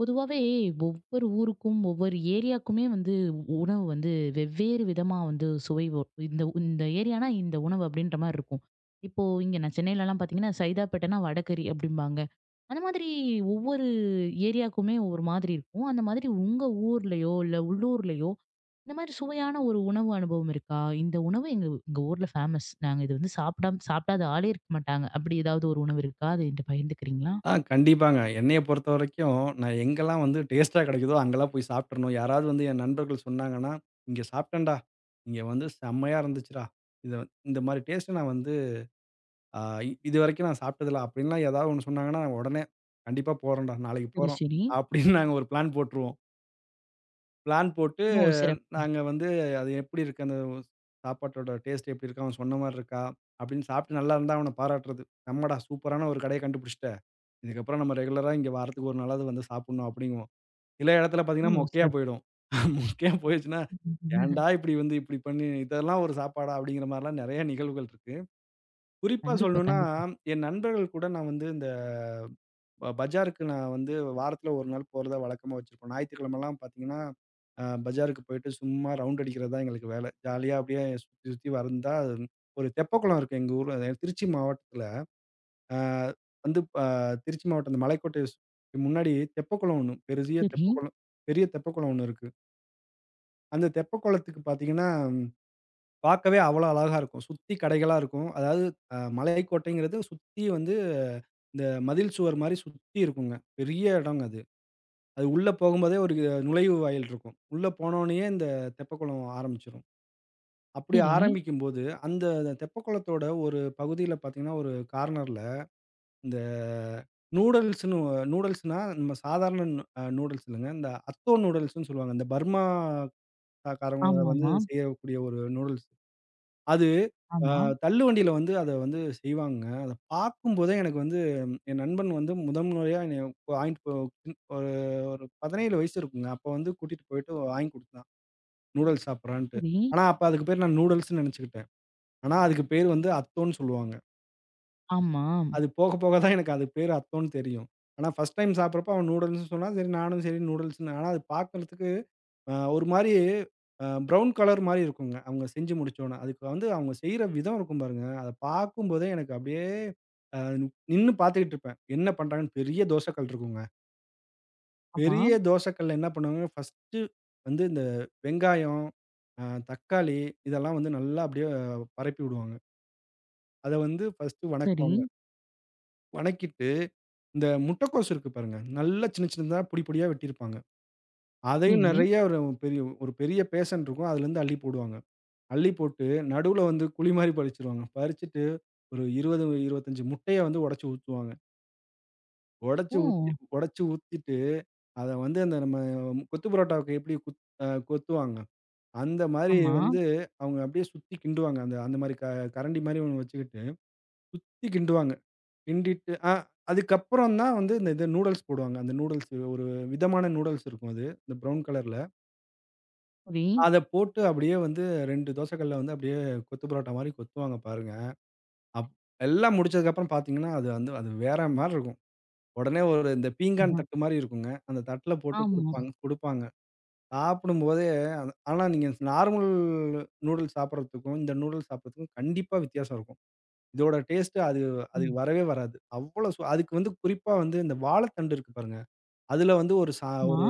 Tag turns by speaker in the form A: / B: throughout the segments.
A: பொதுவாவே ஒவ்வொரு ஊருக்கும், ஒவ்வொரு ஏரியாக்குமே வந்து உணவு வந்து வெவ்வேறு விதமா வந்து சுவை இந்த இந்த ஏரியானா இந்த உணவு அப்படின்ற மாரி இருக்கும். இப்போ இங்க நான் சென்னையிலலாம் பார்த்தீங்கன்னா, சைதாப்பேட்டைனா வடகறி அப்படிம்பாங்க. அந்த மாதிரி ஒவ்வொரு ஏரியாக்குமே ஒரு மாதிரி இருக்கும். அந்த மாதிரி உங்க ஊர்லயோ, இல்ல உள்ளூர்லயோ இந்த மாதிரி சுவையான ஒரு உணவு அனுபவம் இருக்கா? இந்த உணவு எங்க எங்க ஊர்ல ஃபேமஸ். நாங்க இது வந்து சாப்பிடாம சாப்பிடாத ஆளே இருக்க மாட்டாங்க. அப்படி ஏதாவது ஒரு உணவு இருக்கா? அத என்கிட்ட பகிர்ந்துக்கிறீங்களா?
B: ஆ, கண்டிப்பாங்க. என்னைய பொறுத்தவரைக்கும், நான் எங்கெல்லாம் வந்து டேஸ்ட்டா கெடைக்குதோ, அங்கலாம் போய் சாப்ட்றணும். யாராவது வந்து என் நண்பர்கள் சொன்னாங்கன்னா, "இங்க சாப்ட்டேன்டா. இங்க வந்து செம்மையா இருந்துச்சுடா. இத இந்த மாரி டேஸ்ட்டு நான் வந்து அ இதுவரைக்கும் நான் சாப்ட்டதில்ல." அப்படின்லாம் ஏதாவது ஒண்ணு சொன்னாங்கன்னா, நான் உடனே, "கண்டிப்பா போறோம்டா. நாளைக்கு
A: சரி,
B: போறோம்."
A: சரி.
B: அப்படின்னு நாங்க ஒரு பிளான் போட்டுருவோம். பிளான் போட்டு
A: ஓ! சிறப்பு.
B: நாங்க வந்து அது எப்படி இருக்கு? அந்த சாப்பாட்டோட டேஸ்ட் எப்படி இருக்கு? அவன் சொன்ன மாரி இருக்கா? அப்படின்னு சாப்பிட்டு நல்லா இருந்தா அவன பாராட்டுறது. "நம்மடா சூப்பரான ஒரு கடைய கண்டுபிடிச்சுட்ட. இதுக்கப்புறம் நம்ம ரெகுலரா இங்க வாரத்துக்கு ஒரு நாளாவது வந்து சாப்பிடணும்" அப்படிங்குவோம். சில இடத்துல
A: ஓ!
B: பார்த்தீங்கன்னா மொக்கையா
A: சிறப்பு.
B: போயிடும். மொக்கையா போயிருச்சுன்னா, "ஏன்டா இப்படி வந்து இப்படி பண்ணி இதெல்லாம் ஒரு சாப்பாடா?" அப்படிங்கிற மாரிலாம் நெறைய நிகழ்வுகள் இருக்கு. குறிப்பா
A: கண்டிப்பா,
B: சொல்லணும்னா,
A: கண்டிப்பா.
B: என் நண்பர்கள் கூட நான் வந்து இந்த பஜாருக்கு நான் வந்து வாரத்துல ஒரு நாள் போறதா வழக்கமா வச்சிருப்போம். ஞாயிற்றுக்கிழமைலாம் பார்த்தீங்கன்னா, பஜாருக்கு போயிட்டு சும்மா ரவுண்ட் அடிக்கிறது தான் எங்களுக்கு வேல. ஜாலியா அப்படியே சுத்தி சுத்தி வந்தா ஒரு தெப்பக்குளம் இருக்கு எங்க ஊர்ல. திருச்சி மாவட்டத்துல. அ வந்து ப திருச்சி மாவட்டம் அந்த மலைக்கோட்டை முன்னாடி தெப்பக்குளம் ஒண்ணு. பெரிய
A: சரி,
B: தெப்பக்குளம். ஒண்ணு இருக்கு. அந்த தெப்பக்குளத்துக்கு பார்த்தீங்கன்னா, பார்க்கவே அவ்வளோ அழகா இருக்கும். சுத்தி கடைகளா இருக்கும். அதாவது மலைக்கோட்டைங்கிறது சுத்தி வந்து இந்த மதில் சுவர் மாரி சுத்தி இருக்குங்க. பெரிய இடங்க அது. அது உள்ள போகும்போதே ஒரு நுழைவு வாயில் இருக்கும். உள்ள போனோனயே இந்த தெப்பக்குளம் ஆரம்பிச்சுரும். அப்படி
A: சரி.
B: ஆரம்பிக்கும்போது, அந்த தெப்பக்குளத்தோட ஒரு பகுதியில பார்த்தீங்கன்னா, ஒரு கார்னர்ல இந்த நூடுல்ஸ்ன்னு. நூடுல்ஸ்ன்னா நம்ம சாதாரண நூடுல்ஸ் இல்லங்க. இந்த அத்தோ நூடுல்ஸ்ன்னு சொல்லுவாங்க. இந்த பர்மா காரங்க வந்து
A: ஆமாமா.
B: செய்யக்கூடிய ஒரு நூடுல்ஸ். அது அ
A: ஆமா.
B: தள்ளுவண்டியில வந்து அத வந்து செய்வாங்க. அத பார்க்கும்போதே எனக்கு வந்து என் நண்பன் வந்து முதல் முறையா என்னைய வாங்கிட்டு ஒரு ஒரு 17 வயசு இருக்குங்க. அப்ப வந்து கூட்டிட்டு போயிட்டு வாங்கி குடுத்தான். நூடுல்ஸ் சாப்பிடுறான்ட்டு.
A: சரி.
B: ஆனா, அப்ப அதுக்கு பேர் நான் நூடுல்ஸ்ன்னு நெனச்சுக்கிட்டேன். ஆனா, அதுக்கு பேர் வந்து அத்தோன்னு சொல்லுவாங்க.
A: ஆமா.
B: அது போக போக தான் எனக்கு அது பேர் அத்தோன்னு தெரியும். ஆனா, ஃபர்ஸ்ட் டைம் சாப்பிடுறப்ப அவன் நூடுல்ஸ்ன்னு சொன்னா, சரி, நானும் சரி நூடுல்ஸ்ன்னு. ஆனா, அது பார்க்கறதுக்கு ஒரு மாரி ப்ரவுன் கலர் மாரி இருக்குங்க. அவங்க செஞ்சு முடிச்சோன. அதுக்கு வந்து அவங்க செய்ற விதம் இருக்கும் பாருங்க. அத பார்க்கும்போதே எனக்கு அப்படியே அ நின்னு பார்த்துக்கிட்டு இருப்பேன். என்ன பண்றாங்கன்னு பெரிய தோசை கல் இருக்குங்க.
A: ஆமா.
B: பெரிய தோசை கல்ல என்ன பண்ணுவாங்க? ஃபர்ஸ்ட்டு வந்து இந்த வெங்காயம், அ தக்காளி, இதெல்லாம் வந்து நல்லா அப்படியே பரப்பி விடுவாங்க. அத வந்து ஃபர்ஸ்ட்டு
A: சரி,
B: வணக்குவாங்க. வணக்கிட்டு இந்த முட்டைக்கோஸ் இருக்கு பாருங்க. நல்லா சின்ன சின்னதா பொடி பொடியா வெட்டியிருப்பாங்க. அதையும்
A: சரி.
B: நெறைய ஒரு பெரிய ஒரு பெரிய பேஷன் இருக்கும். அதுலருந்து அள்ளி போடுவாங்க. அள்ளி போட்டு நடுவுல வந்து குழி மாரி பறிச்சுருவாங்க. பறிச்சுட்டு ஒரு 20, 25 முட்டைய வந்து உடைச்சு ஊத்துவாங்க. உடைச்சு
A: ஓ!
B: ஊத்தி உடைச்சு ஊத்திட்டு அத வந்து அந்த நம்ம கொத்து பரோட்டாவுக்கு எப்படி குத் அ கொத்துவாங்க. அந்த மாரி
A: ஆமா.
B: வந்து அவங்க அப்படியே சுத்தி கிண்டுவாங்க. அந்த அந்த மாரி கரண்டி மாரி ஒண்ணு வச்சுக்கிட்டு சுத்தி கிண்டுவாங்க. கிண்டிட்டு அதுக்கப்புறம் தான் வந்து இந்த நூடுல்ஸ் போடுவாங்க. அந்த நூடுல்ஸ் ஒரு விதமான நூடுல்ஸ் இருக்கும் அது. இந்த ப்ரவுன் கலர்ல.
A: சரி.
B: அத போட்டு அப்படியே வந்து 2 தோசைக்கல்ல வந்து அப்படியே கொத்து பரோட்டா மாரி கொத்துவாங்க பாருங்க. அப் எல்லாம் முடிச்சதுக்கப்புறம் பார்த்தீங்கன்னா, அது வந்து அது வேற மாரி இருக்கும். உடனே ஒரு இந்த பீங்கான்
A: ஆஹ.
B: தட்டு மாரி இருக்குங்க. அந்த தட்ல போட்டு
A: ஆமா.
B: குடுப்பாங்க குடுப்பாங்க. சாப்பிடும்போதே அது ஆனா, நீங்க நார்மல் நூடுல்ஸ் சாப்பிடுறதுக்கும், இந்த நூடுல்ஸ் சாப்பிடுறதுக்கும் கண்டிப்பா வித்தியாசம் இருக்கும். இதோட டேஸ்ட்டு அது அதுக்கு
A: ம்.
B: வரவே வராது. அவ்வளோ அதுக்கு வந்து குறிப்பா வந்து இந்த வாழைத்தண்டு இருக்கு பாருங்க. அதுல வந்து
A: ஆமா.
B: ஒரு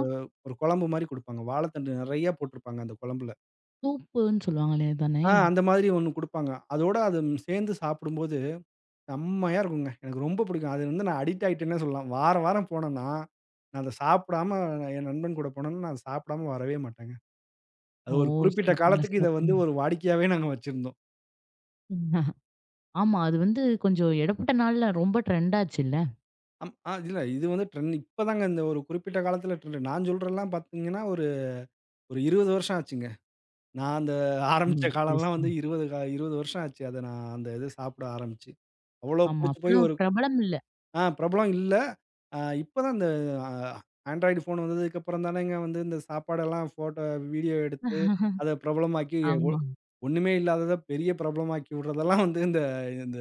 B: ஒரு குழம்பு மாரி குடுப்பாங்க. வாழைத்தண்டு நெறையா போட்டிருப்பாங்க அந்த குழம்புல.
A: சூப்புன்னு சொல்லுவாங்களே அதானே?
B: ஆ, அந்த மாதிரி ஒண்ணு குடுப்பாங்க. அதோட அது சேர்ந்து சாப்பிடும்போது செம்மையா இருக்குங்க. எனக்கு ரொம்ப பிடிக்கும். அது வந்து நான் அடிக்ட் ஆயிட்டேன்னே சொல்லலாம். வாரம் வாரம் போனேன்னா, நான் அத சாப்பிடாம என் நண்பன் கூட போனேன்னா, நான் அத சாப்பிடாம வரவே மாட்டேங்க. அது
A: ஓ!
B: ஒரு குறிப்பிட்ட
A: சிறப்புங்க,
B: காலத்துக்கு இத வந்து
A: சிறப்புங்க.
B: ஒரு வாடிக்கையாவே நாங்க வச்சிருந்தோம்.
A: ம். ஆமா. அது வந்து கொஞ்சம் இடைப்பட்ட நாள்ல ரொம்ப ட்ரெண்ட் ஆச்சுல்ல.
B: அம் அ இல்ல, இது வந்து ட்ரெண்ட் இப்ப தாங்க. இந்த ஒரு குறிப்பிட்ட காலத்தில ட்ரெண்ட் நான் சொல்றேன்லாம் பார்த்தீங்கன்னா, ஒரு ஒரு 20 வருஷம் ஆச்சுங்க. நான் அந்த ஆரம்பிச்ச
A: ம். சரி,
B: காலம்லாம்
A: சரி.
B: வந்து 20 வருஷம் ஆச்சு. அத நான் அந்த இது சாப்பிட ஆரம்பிச்சு. அவ்வளோ
A: ஆமா.
B: புடிச்சு போய்
A: அப்பலாம்
B: ஒரு.
A: பிரபலம் இல்ல.
B: ஆ, பிரபலம் இல்ல. இப்ப தான் இந்த அ ஆண்ட்ராய்டு ஃபோன் வந்ததுக்கு அப்புறம் தானேங்க வந்து இந்த சாப்பாடெல்லாம் ஃபோட்டோ, வீடியோ எடுத்து அத பிரபலமாக்கி, ஒ
A: ஆமா.
B: ஒண்ணுமே இல்லாதத பெரிய பிரபலமாக்கி விடுறதெல்லாம் வந்து இந்த இந்த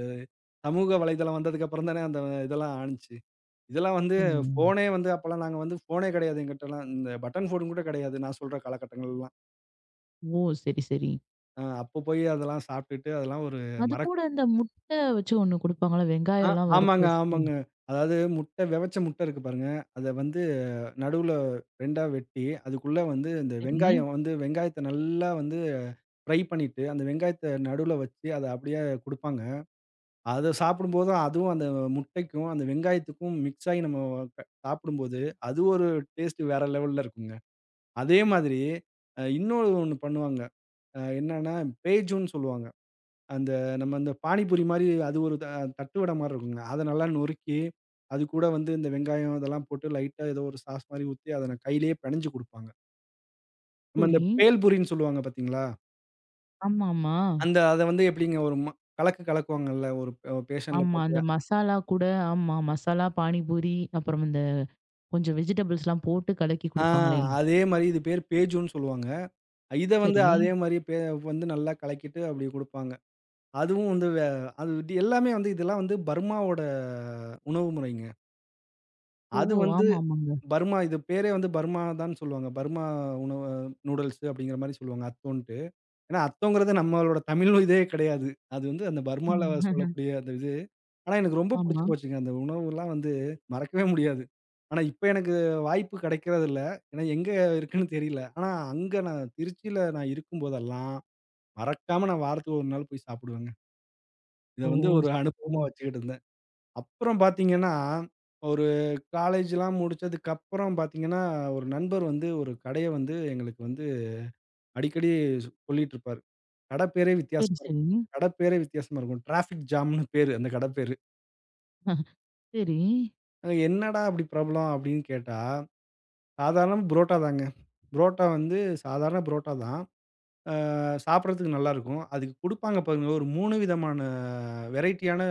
B: சமூக வலைதளம் வந்ததுக்கு அப்புறம் தானே அந்த இதெல்லாம் ஆனுச்சு. இதெல்லாம் வந்து
A: ம்.
B: ஃபோனே வந்து அப்பலாம் நாங்க வந்து ஃபோனே கிடையாது எங்கிட்டலாம். இந்த பட்டன் ஃபோன் கூட கிடையாது நான் சொல்ற காலகட்டங்கள்லாம்.
A: ஓ! சரி, சரி.
B: அப்ப போய் அதெல்லாம் சாப்பிட்டுட்டு அதெல்லாம் ஒரு
A: அது
B: மறக்
A: கூட இந்த முட்டை வச்சு ஒண்ணு குடுப்பாங்கல்ல,
B: ஆ
A: வெங்காயம்லாம் வறுத்து
B: ஆமாங்க,
A: வச்சு.
B: ஆமாங்க. அதாவது முட்டை, வெவச்ச முட்டை இருக்கு பாருங்க. அத வந்து நடுவுல 2ஆ வெட்டி, அதுக்குள்ள வந்து இந்த
A: சரி,
B: வெங்காயம் வந்து வெங்காயத்த நல்லா வந்து ஃப்ரை பண்ணிட்டு, அந்த வெங்காயத்த நடுவுல வச்சு அத அப்படியே குடுப்பாங்க. அத சாப்பிடும்போது அதுவும் அந்த முட்டைக்கும், அந்த வெங்காயத்துக்கும் மிக்ஸ் ஆயி நம்ம க சாப்பிடும்போது, அது ஒரு டேஸ்ட் வேற லெவல்ல இருக்குங்க. அதே மாதிரி இன்னொரு ஒண்ணு பண்ணுவாங்க. என்னன்னா பேஜுன்னு சொல்லுவாங்க. அந்த நம்ம அந்த பானிபூரி மாரி அது ஒரு தட்டு வடை மாரி இருக்குங்க. அத நல்லா நொறுக்கி, அது கூட வந்து இந்த வெங்காயம் இதெல்லாம் போட்டு லைட்டா ஏதோ ஒரு சாஸ் மாரி ஊத்தி, அத நான் கையிலேயே பெனஞ்சு குடுப்பாங்க. நம்ம இந்த
A: சரி.
B: பேல் பூரின்னு சொல்லுவாங்க பார்த்தீங்களா?
A: ஆமாமா. ஆமா.
B: அந்த அத வந்து எப்படிங்க ஒரு கலக்கு கலக்குவாங்கல்ல ஒரு பேஷன்ல
A: ஆமா.
B: போட்டு.
A: அந்த மசாலா கூட ஆமா. மசாலா, பானிபூரி அப்புறம் இந்த கொஞ்சம் வெஜிடபிள்ஸ்லாம் போட்டு கலக்கி
B: ஆ,
A: குடுப்பாங்களே!
B: அதே மாரி இது பேர் பேஜுன்னு சொல்லுவாங்க. இத வந்து
A: சரி.
B: அதே மாரி வந்து நல்லா கலக்கிட்டு அப்படி குடுப்பாங்க. அதுவும் வந்து அது இது எல்லாமே வந்து இதெல்லாம் வந்து பர்மாவோட உணவு முறைங்க.
A: ஓ!
B: அது வந்து
A: ஆமா, ஆமாங்க.
B: பர்மா, இது பேரே வந்து பர்மா தான் சொல்லுவாங்க. பர்மா உணவு நூடுல்ஸ் அப்படிங்கிற மாரி சொல்லுவாங்க அத்தோன்ட்டு. ஏன்னா அத்தோங்கிறது நம்மளோட தமிழ் இதே கிடையாது. அது வந்து அந்த பர்மால
A: ம்.
B: சொல்லக்கூடிய அந்த இது. ஆனா எனக்கு ரொம்ப
A: ஆமா.
B: புடிச்சு போச்சுங்க. அந்த உணவுலாம் வந்து மறக்கவே முடியாது. ஆனா இப்ப எனக்கு வாய்ப்பு கிடைக்கிறதில்ல. ஏன்னா எங்க இருக்குன்னு தெரியல. ஆனா அங்க நான் திருச்சியில நான் இருக்கும்போதெல்லாம் மறக்காம நான் வாரத்துக்கு ஒரு நாள் போய் சாப்பிடுவேங்க. இத
A: ஓ!
B: வந்து ஒரு அனுபவமா
A: சிறப்புங்க.
B: வச்சுக்கிட்டு இருந்தேன். அப்புறம் பார்த்தீங்கன்னா, ஒரு காலேஜ்லாம் முடிச்சதுக்கப்புறம் பார்த்தீங்கன்னா, ஒரு நண்பர் வந்து ஒரு கடைய வந்து எங்களுக்கு வந்து அடிக்கடி சொல்லிட்டுருப்பாரு. கட பேரே
A: சரி,
B: வித்தியாசமா
A: சரி.
B: இருக்கும். டிராஃபிக் ஜாம்ன்னு பேரு அந்த கட பேரு.
A: சரி,
B: அங்க "என்னடா அப்படி பிரபலம்?" அப்படின்னு கேட்டா, சாதாரண புரோட்டா தாங்க. புரோட்டா வந்து சாதாரண புரோட்டா தான். சாப்பிடறதுக்கு நல்லாருக்கும். அதுக்கு குடுப்பாங்க பாருங்க, ஒரு 3 விதமான வெரைட்டியான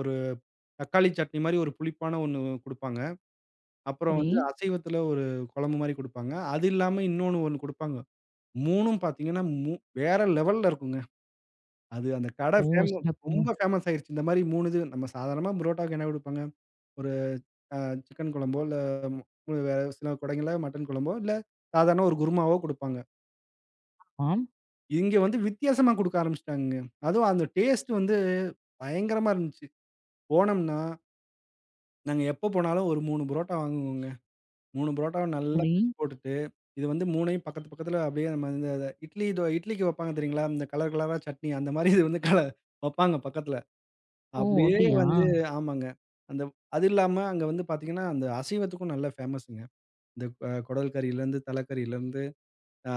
B: ஒரு தக்காளி சட்னி மாரி ஒரு புளிப்பான ஒண்ணு குடுப்பாங்க. அப்புறம்
A: சரி.
B: வந்து அசைவத்துல ஒரு குழம்பு மாரி குடுப்பாங்க. அது இல்லாம இன்னொன்னு ஒண்ணு குடுப்பாங்க. 3ம் பார்த்தீங்கன்னா, வேற லெவல்ல இருக்குங்க. அது அந்த கடை
A: ஓ! சிறப்புங்க.
B: ரொம்ப ஃபேமஸ் ஆயிருச்சு. இந்த மாரி 3. இது நம்ம சாதாரணமா புரோட்டாக்கு என்ன குடுப்பாங்க? ஒரு அ சிக்கன் குழம்போ, இல்ல, ம் வேற சில கடைங்கள்ல மட்டன் குழம்போ, இல்ல சாதாரண ஒரு குருமாவோ குடுப்பாங்க.
A: ஆம்.
B: இங்க வந்து வித்தியாசமா குடுக்க ஆரம்பிச்சுட்டாங்கங்க. அதுவும் அந்த டேஸ்ட் வந்து பயங்கரமா இருந்துச்சு. போனோம்னா, நாங்க எப்ப போனாலும் ஒரு 3 புரோட்டா வாங்குவோங்க. 3 பரோட்டாவ நல்லா
A: சரி.
B: பிச்சு போட்டுட்டு, இது வந்து 3யும் பக்கத்து பக்கத்துல அப்படியே நம்ம இந்த இட்லி இட்லிக்கு வைப்பாங்க தெரியுங்களா? இந்த கலர் கலரா சட்னி அந்த மாரி இது வந்து வைப்பாங்க பக்கத்துல.
A: ஓ!
B: அப்படியே
A: அப்படியா?
B: வந்து ஆமாங்க. அந்த அது இல்லாம அங்க வந்து பார்த்தீங்கன்னா, அந்த அசைவத்துக்கும் நல்ல ஃபேமஸுங்க. இந்த குடல் கறியிலருந்து, தலைக்கறியிலருந்து, ஆ,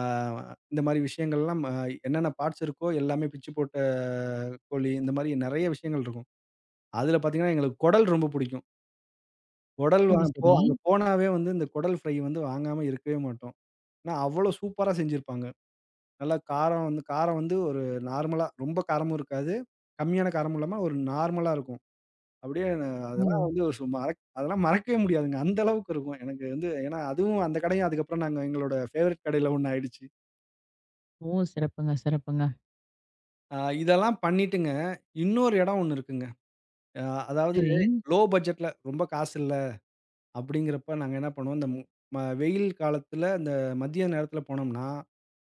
B: இந்த மாரி விஷயங்கள்லாம் என்னென்ன பார்ட்ஸ் இருக்கோ எல்லாமே பிச்சு போட்ட கோழி, இந்த மாரி நெறைய விஷயங்கள் இருக்கும். அதுல பார்த்தீங்கன்னா, எங்களுக்கு குடல் ரொம்ப புடிக்கும். குடல், வா
A: சரி,
B: போ,
A: சரி.
B: அங்க போனாவே வந்து இந்த குடல் ஃப்ரை வந்து வாங்காம இருக்கவே மாட்டோம். ஆனா, அவ்வளோ சூப்பரா செஞ்சிருப்பாங்க. நல்லா காரம் வந்து காரம் வந்து ஒரு நார்மலா ரொம்ப காரமும் இருக்காது. கம்மியான காரமும் இல்லாம ஒரு நார்மலா இருக்கும். அப்படியே நா ம்.
A: ஓ!
B: அதெல்லாம் வந்து ஒரு சு மறக் அதெல்லாம் மறக்கவே முடியாதுங்க. அந்த அளவுக்கு இருக்கும். எனக்கு வந்து ஏன்னா அதுவும் அந்த கடையும் அதுக்கப்புறம் நாங்க எங்களோட ஃபேவரைட் கடையில ஒண்ணு ஆயிடுச்சு.
A: ஓ! சிறப்புங்க, சிறப்புங்க.
B: இதெல்லாம் பண்ணிட்டுங்க, இன்னொரு இடம் ஒண்ணு இருக்குங்க. அ அதாவது
A: சரி.
B: லோ பட்ஜெட்ல ரொம்ப காசு இல்ல, அப்படிங்கிறப்ப நாங்க என்ன பண்ணுவோம், இந்த மு ம வெயில் காலத்துல அந்த மதிய நேரத்துல போனோம்னா,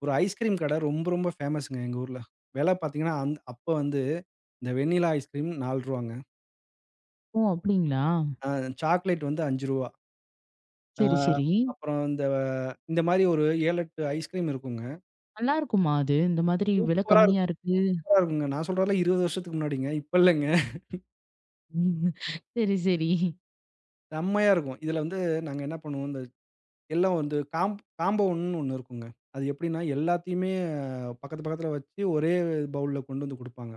B: ஒரு ஐஸ்கிரீம் கடை ரொம்ப ரொம்ப ஃபேமஸ்ங்க எங்க ஊர்ல. விலை பார்த்தீங்கன்னா, அப்ப வந்து இந்த வெண்ணிலா ஐஸ்கிரீம் ரூ. 4ங்க.
A: ஓ! அப்படிங்களா?
B: அ சாக்லேட் வந்து ரூ. 5. அ
A: சரி, சரி.
B: அப்புறம் இந்த இந்த மாரி ஒரு 7, 8 ஐஸ்கிரீம் இருக்குங்க.
A: நல்லா இருக்குமா அது? இந்த மாதிரி விலை
B: சூப்பரா,
A: கம்மியா இருக்கு.
B: இருக்குங்க. நான் சொல்றதெல்லாம் 20 வருஷத்துக்கு முன்னாடிங்க. இப்ப இல்லைங்க.
A: சரி, சரி.
B: செம்மையா இருக்கும். இதுல வந்து நாங்க என்ன பண்ணுவோம், இந்த எல்லாம் வந்து காம்போன்னு ஒண்ணு இருக்குங்க. அது எப்படின்னா எல்லாத்தையுமே பக்கத்து பக்கத்துல வச்சு ஒரே பவுல்ல கொண்டு வந்து குடுப்பாங்க.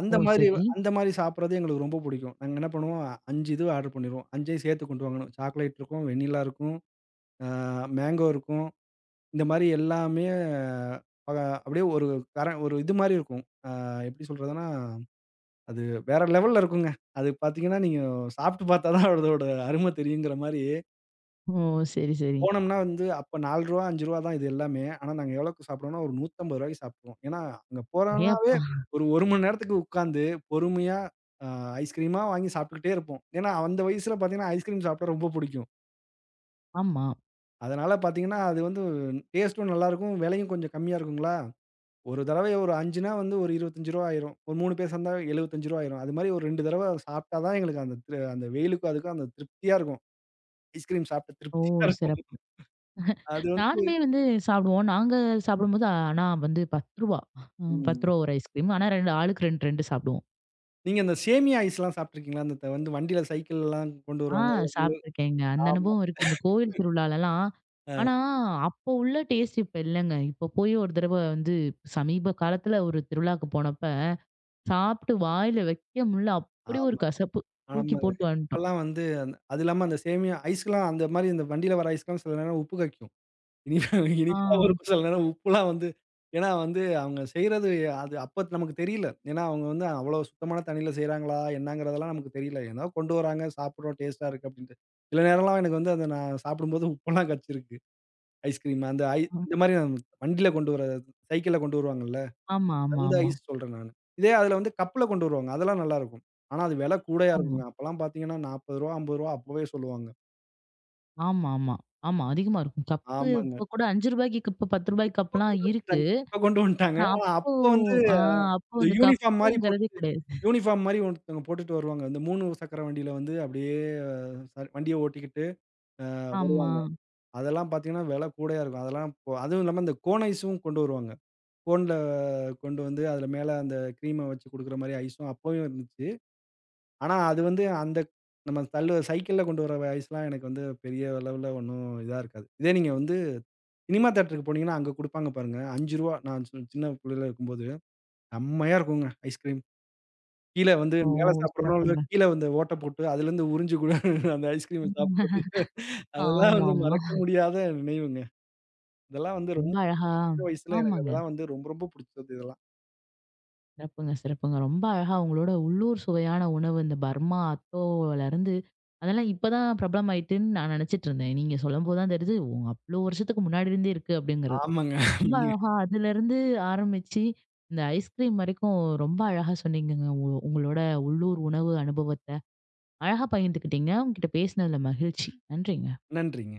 B: அந்த
A: ஓ!
B: மாரி
A: சரி.
B: சாப்பிடுறது எங்களுக்கு ரொம்ப புடிக்கும். நாங்க என்ன பண்ணுவோம், 5 இது ஆர்டர் பண்ணிருவோம். 5ஐயும் சேர்த்து கொண்டு வாங்கணும். சாக்லேட் இருக்கும், வெண்ணிலா இருக்கும், ஆ மேங்கோ இருக்கும். இந்த மாரி எல்லாமே அ அப்படியே ஒரு ஒரு இது மாரி இருக்கும். ஆ எப்படி சொல்றதுன்னா, அது வேற லெவல்ல இருக்குங்க. அது பார்த்தீங்கன்னா, நீங்க சாப்பிட்டு பார்த்தா தான் அதோட அரும தெரியுங்கிற மாரி.
A: ஓ! சரி, சரி.
B: போனோம்னா வந்து அப்ப ரூ. 4, ரூ. 5 தான் இது எல்லாமே. ஆனா நாங்க எவ்வளோக்கு சாப்பிடுவோம்னா, ஒரு ரூ. 150 சாப்பிடுவோம். ஏன்னா, அங்க
A: ஏ
B: போறோம்னாவே
A: அப்பா!
B: ஒரு 1 மணி நேரத்துக்கு உட்காந்து பொறுமையா அ ஐஸ்கிரீமா வாங்கி சாப்பிட்டுக்கிட்டே இருப்போம். ஏன்னா, அந்த வயசுல பார்த்தீங்கன்னா, ஐஸ்கிரீம் சாப்பிட்டா ரொம்ப புடிக்கும்.
A: ஆமா.
B: அதனால பார்த்தீங்கன்னா, அது வந்து டேஸ்ட்டும் நல்லாருக்கும். விலையும் கொஞ்சம் கம்மியா இருக்குங்களா? ஒரு தடவை ஒரு 5ன்னா வந்து ஒரு ரூ. 25 ஆயிரும். ஒரு 3 பேர் சேர்ந்தா ரூ. 75 ஆயிரும். அது மாரி ஒரு 2 தடவ சாப்பிட்டா தான் எங்களுக்கு அந்த அந்த வெயிலுக்கும் அதுக்கும் அந்த திருப்தியா இருக்கும். ஐஸ்கிரீம் சாப்பிட்ட
A: ஓ!
B: திருப்தியா இருக்கும்.
A: சிறப்பு.
B: அது வந்து
A: நானுமே வந்து சாப்பிடுவோம். நாங்க சாப்பிடும்போது ஆனா வந்து ரூ. 10 ம் ரூ.
B: ம்.
A: 10 ஒரு ஐஸ்கிரீம். ஆனா 2 ஆளுக்கு 2, 2 சாப்பிடுவோம்.
B: நீங்க அந்த சேமியா ஐஸ்லாம் சாப்பிட்டுருக்கீங்களா? அந்த வந்து வண்டியில சைக்கிள்லாம் கொண்டு
A: ஆ
B: வருவாங்கல்ல.
A: சாப்பிட்டுருக்கேங்க. அந்த
B: ஆமா.
A: அனுபவம் இருக்கு. இந்த கோவில் திருவிழாலலாம்.
B: அ
A: ஆனா அப்போ உள்ள டேஸ்ட் இப்ப இல்லங்க. இப்ப போய் ஒரு தடவ வந்து சமீப காலத்துல ஒரு திருவிழாக்கு போனப்ப, சாப்பிட்டு வாயில வைக்க முடியல. அப்படி ஒரு
B: ஆமா,
A: கசப்பு. தூக்கி
B: ஆமாங்க.
A: போட்டு வந்துட்டோம்.
B: இப்பலாம் வந்து அது இல்லாம அந்த சேமியா ஐஸ்லாம் அந்த மாரி இந்த வண்டியில வர ஐஸ்லாம் சில நேரம் உப்பு கக்கும். இனிப்பா,
A: ஆ,
B: இனிப்பாவும் இருக்கும். சில நேரம் உப்புலாம் வந்து ஏன்னா வந்து அவங்க செய்றது அது அப்ப நமக்கு தெரியல. ஏன்னா அவங்க வந்து அவ்வளோ சுத்தமான தண்ணீல செய்றாங்களா? என்னங்கிறதெல்லாம் நமக்கு தெரியல. ஏதோ கொண்டு வராங்க, சாப்பிடுறோம், டேஸ்ட்டா இருக்கு அப்டின்ட்டு. சில நேரம்லாம் எனக்கு வந்து அத நான் சாப்பிடும்போது உப்பெல்லாம் கச்சிருக்கு. ஐஸ்கிரீம் அந்த
A: ஆ.
B: இந்த மாரி வண்டியில கொண்டு வர சைக்கிள்ல கொண்டு வருவாங்கல்ல,
A: ஆமா, ஆமா,
B: அந்த
A: ஆமா.
B: ஐஸ் சொல்றேன் நானு. இதே அதுல வந்து கப்ல கொண்டு வருவாங்க. அதெல்லாம் நல்லாருக்கும். ஆனா அது விலை கூடயா
A: ஆமா.
B: இருக்குங்க. அப்பலாம் பார்த்தீங்கன்னா ரூ. 40, ரூ. 50 அப்பவே சொல்லுவாங்க.
A: ஆமா, ஆமா. ஆமா. அதிகமா இருக்கும். கப்பு
B: ஆமாங்க.
A: இப்ப கூட ரூ. 5க்கு கப்பு, ரூ. 10 கப்லாம் இருக்கு.
B: இப்ப கொண்டு வந்துட்டாங்க.
A: ஆனா
B: ஆனா
A: அப்போ
B: அப்போ வந்து
A: ஆ அப்போ
B: இந்த
A: அந்த
B: யூனிஃபார்ம் மாரி
A: கப்புங்கிறதே
B: போட்டுட்டு,
A: கிடையாது.
B: யூனிஃபார்ம் மாரி ஒருத்தவங்க போட்டுட்டு வருவாங்க. இந்த 3 சக்கர வண்டியில வந்து அப்படியே வண்டிய ஓட்டிக்கிட்டு அ
A: ஆமா.
B: வருவாங்க. அதெல்லாம் பார்த்தீங்கன்னா விலை கூடயா இருக்கும். அதெல்லாம் இப்போ அதுவும் இல்லாம இந்த கோன் ஐஸும் கொண்டு வருவாங்க. கோன்ல கொண்டு வந்து அதுல மேல அந்த கிரீம வச்சு குடுக்குற மாரி ஐஸும் அப்பவும் இருந்துச்சு. ஆனா, அது வந்து அந்த நம்ம தள்ளு சைக்கிள்ல கொண்டு வர ஐஸ்லாம் எனக்கு வந்து பெரிய அளவுல ஒண்ணும் இதா இருக்காது. இதே நீங்க வந்து சினிமா தியேட்டருக்கு போனீங்கன்னா, அங்க குடுப்பாங்க பாருங்க. ரூ. 5 நான் சின்ன புள்ளையில இருக்கும்போது, செம்மையா இருக்குங்க ஐஸ்கிரீம். கீழ வந்து
A: ஓ!
B: மேல சாப்பிடுறோனோ, இல்ல
A: சிறப்புங்க.
B: கீழ வந்து ஓட்ட போட்டு அதுலருந்து உறிஞ்சு கூட அந்த ஐஸ்கிரீம சாப்பிடுறது. அதெல்லாம் வந்து
A: ஆமாமா.
B: மறக்க முடியாத நினைவுங்க. இதெல்லாம் வந்து
A: ரொம்ப
B: ரொம்ப
A: அழகா
B: சின்ன வயசுல எனக்கு
A: ஆமாங்க.
B: அதெல்லாம் வந்து ரொம்ப ரொம்ப புடிச்சது இதெல்லாம்.
A: சிறப்புங்க, சிறப்புங்க. ரொம்ப அழகா உங்களோட உள்ளூர் சுவையான உணவு இந்த பர்மா, அத்தோலருந்து அதெல்லாம் இப்ப தான் பிரபலமாயிட்டுன்னு நான் நினைச்சிட்டு இருந்தேன். நீங்க சொல்லும்போது தான் தெரியுது, ஓ! அவ்ளோ வருஷத்துக்கு முன்னாடி இருந்தே இருக்கு அப்படிங்கிறது.
B: ஆமாங்க,
A: ரொம்ப
B: ஆமாங்க.
A: அழகா அதிலிருந்து ஆரம்பிச்சு, இந்த ஐஸ்கிரீம் வரைக்கும் ரொம்ப அழகா சொன்னீங்கங்க. உங்களோட உள்ளூர் உணவு அனுபவத்த அழகா பகிர்ந்துக்கிட்டீங்க. உங்ககிட்ட பேசினதுல மகிழ்ச்சி. நன்றிங்க.
B: நன்றிங்க.